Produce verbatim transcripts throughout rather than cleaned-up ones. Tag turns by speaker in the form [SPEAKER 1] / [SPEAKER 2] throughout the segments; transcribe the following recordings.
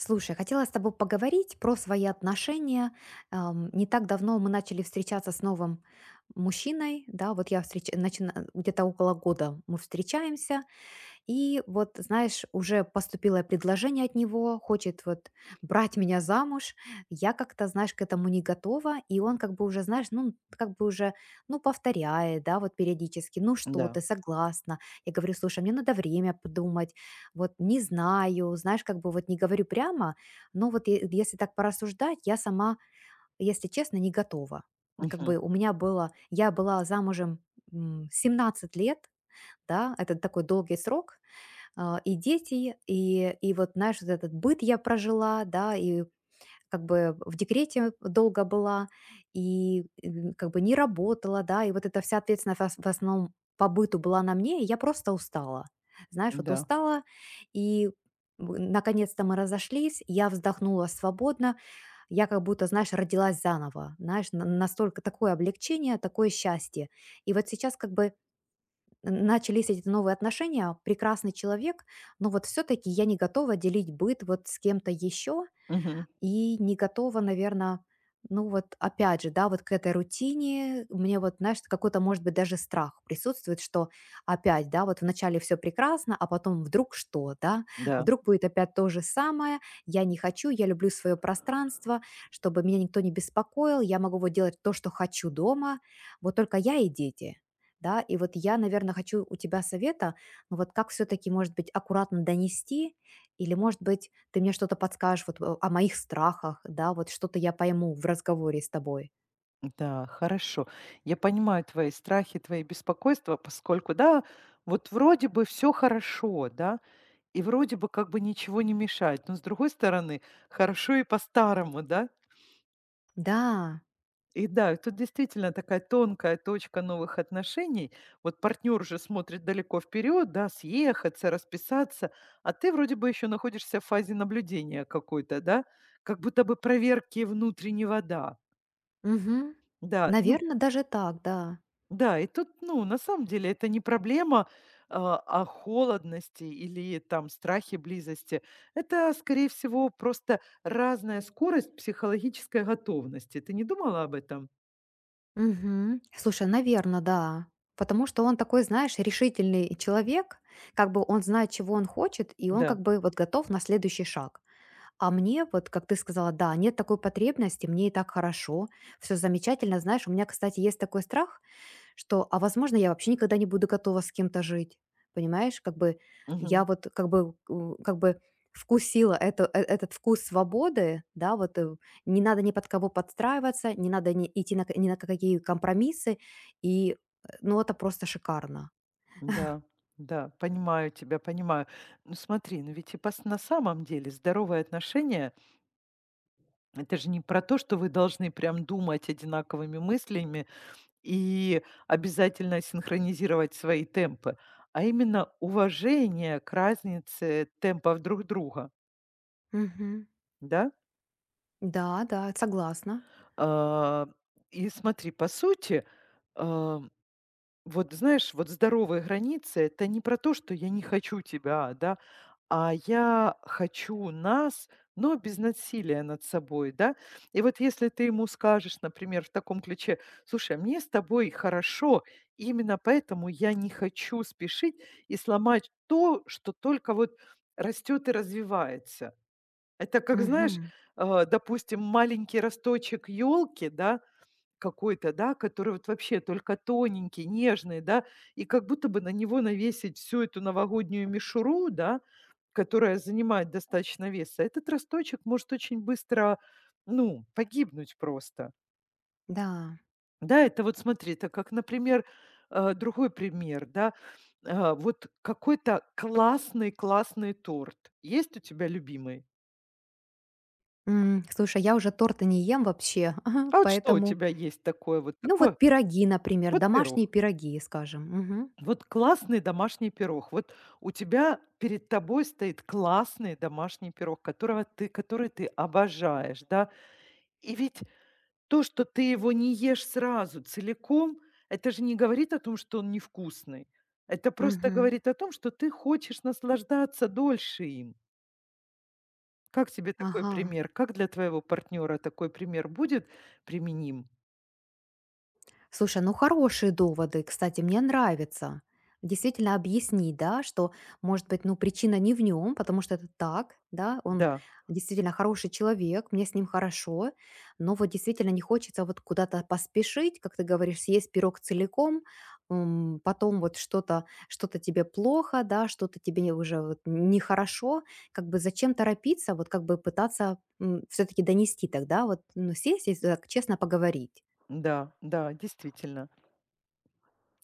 [SPEAKER 1] Слушай, хотела с тобой поговорить про свои отношения. Ам, Не так давно мы начали встречаться с новым мужчиной, да, вот я встреч... начина- где-то около года мы встречаемся, и вот, знаешь, уже поступило предложение от него, хочет вот брать меня замуж. Я как-то, знаешь, к этому не готова, и он как бы уже, знаешь, ну, как бы уже, ну, повторяет, да, вот периодически, ну что, ты
[SPEAKER 2] Да,
[SPEAKER 1] согласна? Я говорю, слушай, мне надо время подумать, вот не знаю, знаешь, как бы вот не говорю прямо, но вот е- если так порассуждать, я сама, если честно, не готова. Как
[SPEAKER 2] мгм,
[SPEAKER 1] бы у меня было, я была замужем м, семнадцать лет, да, это такой долгий срок, а, и дети, и, и вот, знаешь, вот этот быт я прожила, да, и как бы в декрете долго была, и м, как бы не работала, да, и вот эта вся ответственность в ос- в основном по быту была на мне, и я просто устала. Знаешь, вот
[SPEAKER 2] да,
[SPEAKER 1] устала, и в- наконец-то мы разошлись, я вздохнула свободно, я как будто, знаешь, родилась заново, знаешь, на- настолько такое облегчение, такое счастье. И вот сейчас как бы начались эти новые отношения, прекрасный человек, но вот все-таки я не готова делить быт вот с кем-то еще,
[SPEAKER 2] мгм,
[SPEAKER 1] и не готова, наверное, ну вот опять же, да, вот к этой рутине. Мне вот, знаешь, какой-то, может быть, даже страх присутствует, что опять, да, вот вначале все прекрасно, а потом вдруг что, да?
[SPEAKER 2] да,
[SPEAKER 1] Вдруг будет опять то же самое. Я не хочу, я люблю свое пространство, чтобы меня никто не беспокоил, я могу вот делать то, что хочу дома. Вот только я и дети. Да, и вот я, наверное, хочу у тебя совета, ну вот как все таки может быть, аккуратно донести или, может быть, ты мне что-то подскажешь вот, э, о моих страхах, да, вот что-то я пойму в разговоре с тобой.
[SPEAKER 2] да, хорошо. Я понимаю твои страхи, твои беспокойства, поскольку, да, вот вроде бы все хорошо, да, и вроде бы как бы ничего не мешает, но с другой стороны, хорошо и по-старому, да.
[SPEAKER 1] Да,
[SPEAKER 2] И да, и тут действительно такая тонкая точка новых отношений. Вот партнер уже смотрит далеко вперед, да, съехаться, расписаться, а ты вроде бы еще находишься в фазе наблюдения какой-то, да, как будто бы проверки внутреннего «да».
[SPEAKER 1] угу.
[SPEAKER 2] Да, ну
[SPEAKER 1] Наверное даже так, да.
[SPEAKER 2] да, и тут, ну, на самом деле это не проблема, а, о холодности или там страхе близости. Это, скорее всего, просто разная скорость психологической готовности. Ты не думала об этом?
[SPEAKER 1] Угу. Слушай, наверное, да. Потому что он такой, знаешь, решительный человек, как бы он знает, чего он хочет, и он как
[SPEAKER 2] Да.
[SPEAKER 1] бы вот готов на следующий шаг. А мне, вот как ты сказала, да, нет такой потребности, мне и так хорошо, все замечательно. Знаешь, у меня, кстати, есть такой страх, что, а возможно, я вообще никогда не буду готова с кем-то жить. Понимаешь, как бы
[SPEAKER 2] Мгм.
[SPEAKER 1] я вот как бы, у, как бы вкусила это, э- этот вкус свободы, да, вот э, не надо ни под кого подстраиваться, не надо ни, идти на, к- ни на какие компромиссы, и э, ну это просто шикарно.
[SPEAKER 2] Да. Да, понимаю тебя, понимаю. Ну смотри, ну ведь и пос- на самом деле здоровые отношения это же не про то, что вы должны прям думать одинаковыми мыслями, и обязательно синхронизировать свои темпы, а именно уважение к разнице темпов друг друга,
[SPEAKER 1] Мгм.
[SPEAKER 2] да.
[SPEAKER 1] Да, да, согласна.
[SPEAKER 2] А, и смотри, по сути, а, вот знаешь, вот здоровые границы — это не про то, что я не хочу тебя, да, а я хочу нас, но без насилия над собой, да. И вот если ты ему скажешь, например, в таком ключе: «Слушай, а мне с тобой хорошо, именно поэтому я не хочу спешить и сломать то, что только вот растет и развивается». Это как, знаешь,
[SPEAKER 1] Мгм.
[SPEAKER 2] э, допустим, маленький росточек елки, да, какой-то, да, который вот вообще только тоненький, нежный, да, и как будто бы на него навесить всю эту новогоднюю мишуру, да, которая занимает достаточно веса, этот росточек может очень быстро, ну, погибнуть просто.
[SPEAKER 1] Да.
[SPEAKER 2] Да, это вот смотри, это как, например, э, другой пример, да, э, вот какой-то классный-классный торт. Есть у тебя любимый?
[SPEAKER 1] М, Слушай, я уже торта не ем вообще,
[SPEAKER 2] А вот что у
[SPEAKER 1] поэтому,
[SPEAKER 2] тебя есть такое вот
[SPEAKER 1] ну
[SPEAKER 2] такое?
[SPEAKER 1] вот пироги, например,
[SPEAKER 2] Вот пирог.
[SPEAKER 1] домашние пироги, скажем. Мгм.
[SPEAKER 2] Вот классный домашний пирог. Вот у тебя перед тобой стоит классный домашний пирог, которого ты, который ты обожаешь, да. И ведь то, что ты его не ешь сразу целиком, это же не говорит о том, что он невкусный. Это просто
[SPEAKER 1] Мгм.
[SPEAKER 2] говорит о том, что ты хочешь наслаждаться дольше им. Как тебе такой
[SPEAKER 1] Ага.
[SPEAKER 2] пример? Как для твоего партнера такой пример будет применим?
[SPEAKER 1] Слушай, ну хорошие доводы, кстати, мне нравится. Действительно объяснить, да, что, может быть, ну, причина не в нем, потому что это так, да, он
[SPEAKER 2] Да,
[SPEAKER 1] действительно хороший человек, мне с ним хорошо, но вот действительно не хочется вот куда-то поспешить, как ты говоришь, съесть пирог целиком, м, потом вот что-то что то тебе плохо, да, что-то тебе не- уже вот нехорошо, как бы зачем торопиться, вот как бы пытаться все-таки донести тогда, вот, ну, сесть и так честно поговорить.
[SPEAKER 2] да, да, действительно.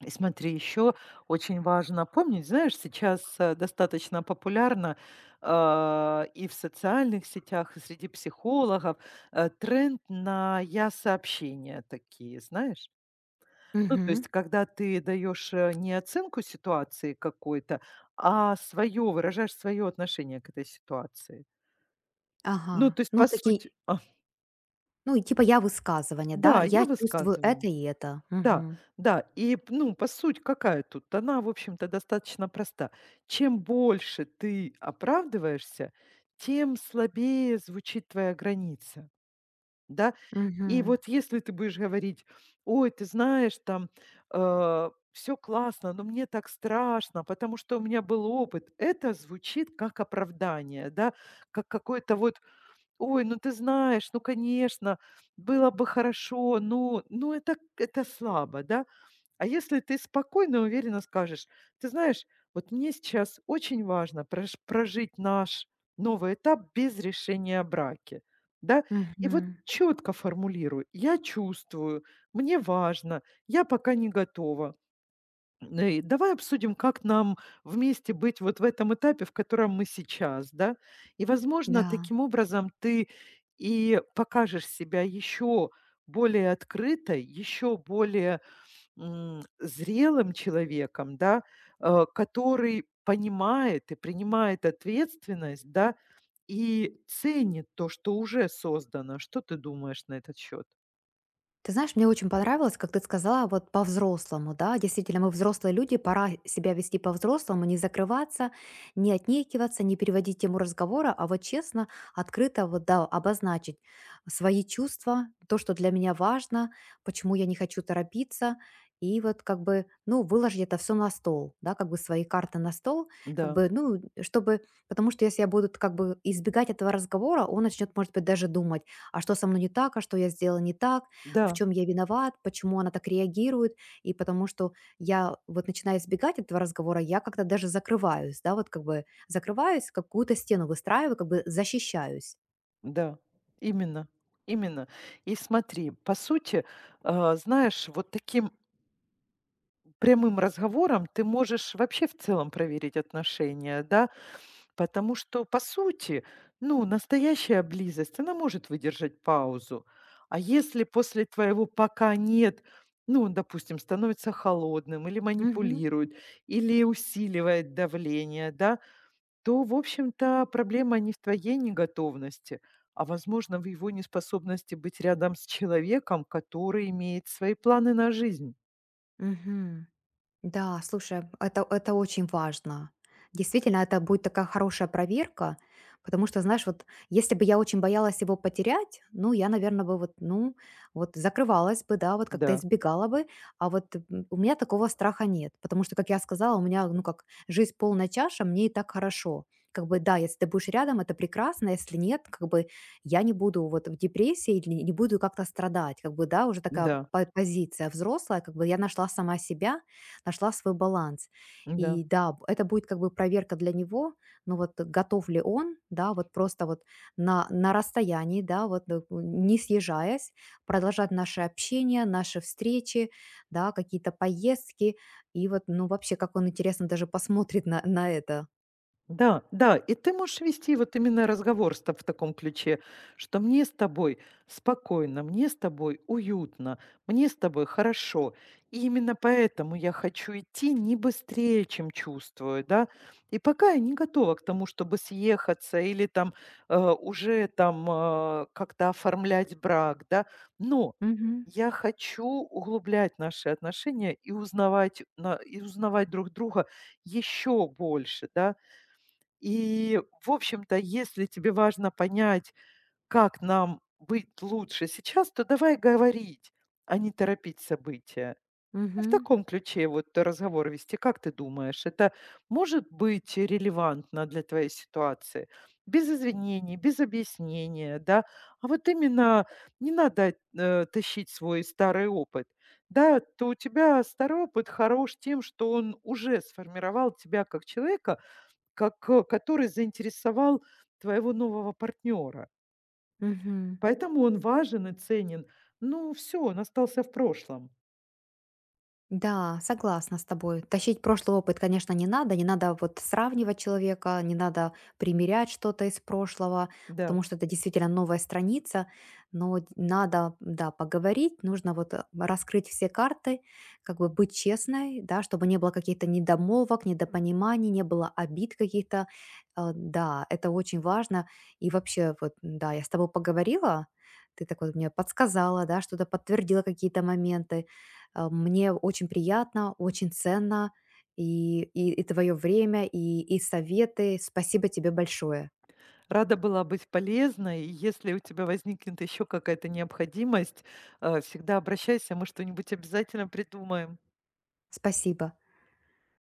[SPEAKER 2] И смотри, еще очень важно помнить, знаешь, сейчас э, достаточно популярно а, и в социальных сетях, и среди психологов э, тренд на я-сообщения такие, знаешь? Ну, то
[SPEAKER 1] Мгм.
[SPEAKER 2] есть, когда ты даешь э, не оценку ситуации какой-то, а свое, выражаешь свое отношение к этой ситуации.
[SPEAKER 1] Ага.
[SPEAKER 2] Ну, то есть,
[SPEAKER 1] Ну,
[SPEAKER 2] по
[SPEAKER 1] такие,
[SPEAKER 2] сути, а,
[SPEAKER 1] ну, и типа я высказывание, да?
[SPEAKER 2] да,
[SPEAKER 1] Я
[SPEAKER 2] я
[SPEAKER 1] чувствую это
[SPEAKER 2] высказываю.
[SPEAKER 1] и это.
[SPEAKER 2] Да,
[SPEAKER 1] Мгм.
[SPEAKER 2] да. И, ну, по суть какая тут? Она, в общем-то, достаточно проста. Чем больше ты оправдываешься, тем слабее звучит твоя граница, да. И
[SPEAKER 1] Мгм.
[SPEAKER 2] вот если ты будешь говорить: «Ой, ты знаешь, там, все классно, но мне так страшно, потому что у меня был опыт». Это звучит как оправдание, да, как какой-то вот: «Ой, ну ты знаешь, ну, конечно, было бы хорошо». Ну ну, это это слабо, да. А если ты спокойно и уверенно скажешь: «Ты знаешь, вот мне сейчас очень важно прош прожить наш новый этап без решения о браке». Да? И вот
[SPEAKER 1] Мгм.
[SPEAKER 2] четко формулирую: «Я чувствую, мне важно, я пока не готова. Н и давай обсудим, как нам вместе быть вот в этом этапе, в котором мы сейчас». Да? И, возможно,
[SPEAKER 1] Да.
[SPEAKER 2] таким образом ты и покажешь себя еще более открытой, еще более М, зрелым человеком, да, э, который понимает и принимает ответственность, да, и ценит то, что уже создано. Что ты думаешь на этот счет?
[SPEAKER 1] Ты знаешь, мне очень понравилось, как ты сказала, вот по-взрослому, да, действительно, мы взрослые люди, пора себя вести по-взрослому, не закрываться, не отнекиваться, не переводить тему разговора, а вот честно, открыто вот, да, обозначить свои чувства, то, что для меня важно, почему я не хочу торопиться, и вот как бы, ну, выложить это все на стол, да, как бы свои карты на стол, как
[SPEAKER 2] Да,
[SPEAKER 1] бы, ну, чтобы, потому что если я буду как бы избегать этого разговора, он начнет, может быть, даже думать, а что со мной не так, а что я сделала не так, в
[SPEAKER 2] да,
[SPEAKER 1] чем я виноват, почему она так реагирует, и потому что я вот начинаю избегать этого разговора, я как-то даже закрываюсь, да, вот как бы закрываюсь, какую-то стену выстраиваю, как бы защищаюсь.
[SPEAKER 2] да, именно, именно. И смотри, по сути, э, знаешь, вот таким прямым разговором ты можешь вообще в целом проверить отношения, да. Потому что, по сути, ну, настоящая близость, она может выдержать паузу. А если после твоего «пока нет», ну, он, допустим, становится холодным или
[SPEAKER 1] Мгм.
[SPEAKER 2] манипулирует, или усиливает давление, да, то, в общем-то, проблема не в твоей неготовности, а, возможно, в его неспособности быть рядом с человеком, который имеет свои планы на жизнь.
[SPEAKER 1] Мгм. Да, слушай, это, это очень важно. Действительно, это будет такая хорошая проверка, потому что, знаешь, вот если бы я очень боялась его потерять, ну, я, наверное, бы вот, ну, вот закрывалась бы, да, вот как-то
[SPEAKER 2] Да,
[SPEAKER 1] избегала бы, а вот м, у меня такого страха нет, потому что, как я сказала, у меня, ну, как жизнь полная чаша, мне и так хорошо. Как бы, да, если ты будешь рядом, это прекрасно, если нет, как бы я не буду вот в депрессии, или не буду как-то страдать, как бы, да, уже такая
[SPEAKER 2] да,
[SPEAKER 1] по- позиция взрослая, как бы я нашла сама себя, нашла свой баланс.
[SPEAKER 2] да.
[SPEAKER 1] И да, б- это будет как бы проверка для него, но вот готов ли он, да, вот просто вот на, на расстоянии, да, вот э, не съезжаясь, продолжать наше общение, наши встречи, да, какие-то поездки, и вот, ну, вообще, как он интересно даже посмотрит на, на это.
[SPEAKER 2] Да, да, и ты можешь вести вот именно разговор с та в таком ключе, что мне с тобой спокойно, мне с тобой уютно, мне с тобой хорошо. И именно поэтому я хочу идти не быстрее, чем чувствую, да. И пока я не готова к тому, чтобы съехаться или там э, уже там э, как-то оформлять брак, да. Но
[SPEAKER 1] Мгм.
[SPEAKER 2] я хочу углублять наши отношения и узнавать, на- и узнавать друг друга еще больше, да, и, в общем-то, если тебе важно понять, как нам быть лучше сейчас, то давай говорить, а не торопить события. И в
[SPEAKER 1] Мгм.
[SPEAKER 2] таком ключе вот разговор вести. Как ты думаешь, это может быть релевантно для твоей ситуации? Без извинений, без объяснения, да? А вот именно не надо э, тащить свой старый опыт. Да, то у тебя старый опыт хорош тем, что он уже сформировал тебя как человека, как э, который заинтересовал твоего нового партнера.
[SPEAKER 1] Мгм.
[SPEAKER 2] Поэтому он важен и ценен. Ну, все, он остался в прошлом.
[SPEAKER 1] Да, согласна с тобой. Тащить прошлый опыт, конечно, не надо. Не надо вот сравнивать человека, не надо примерять что-то из прошлого,
[SPEAKER 2] Да.
[SPEAKER 1] потому что это действительно новая страница. Но д- надо, да, поговорить, нужно вот э, раскрыть все карты, как бы быть честной, да, чтобы не было каких-то недомолвок, недопониманий, не было обид каких-то. Э, Да, это очень важно. И вообще, вот, да, я с тобой поговорила, ты так вот мне подсказала, да, что-то подтвердила какие-то моменты, э, мне очень приятно, очень ценно и и и твоё время, и и советы. Спасибо тебе большое.
[SPEAKER 2] Рада была быть полезной. И если у тебя возникнет еще какая-то необходимость, э, всегда обращайся, мы что-нибудь обязательно придумаем.
[SPEAKER 1] Спасибо.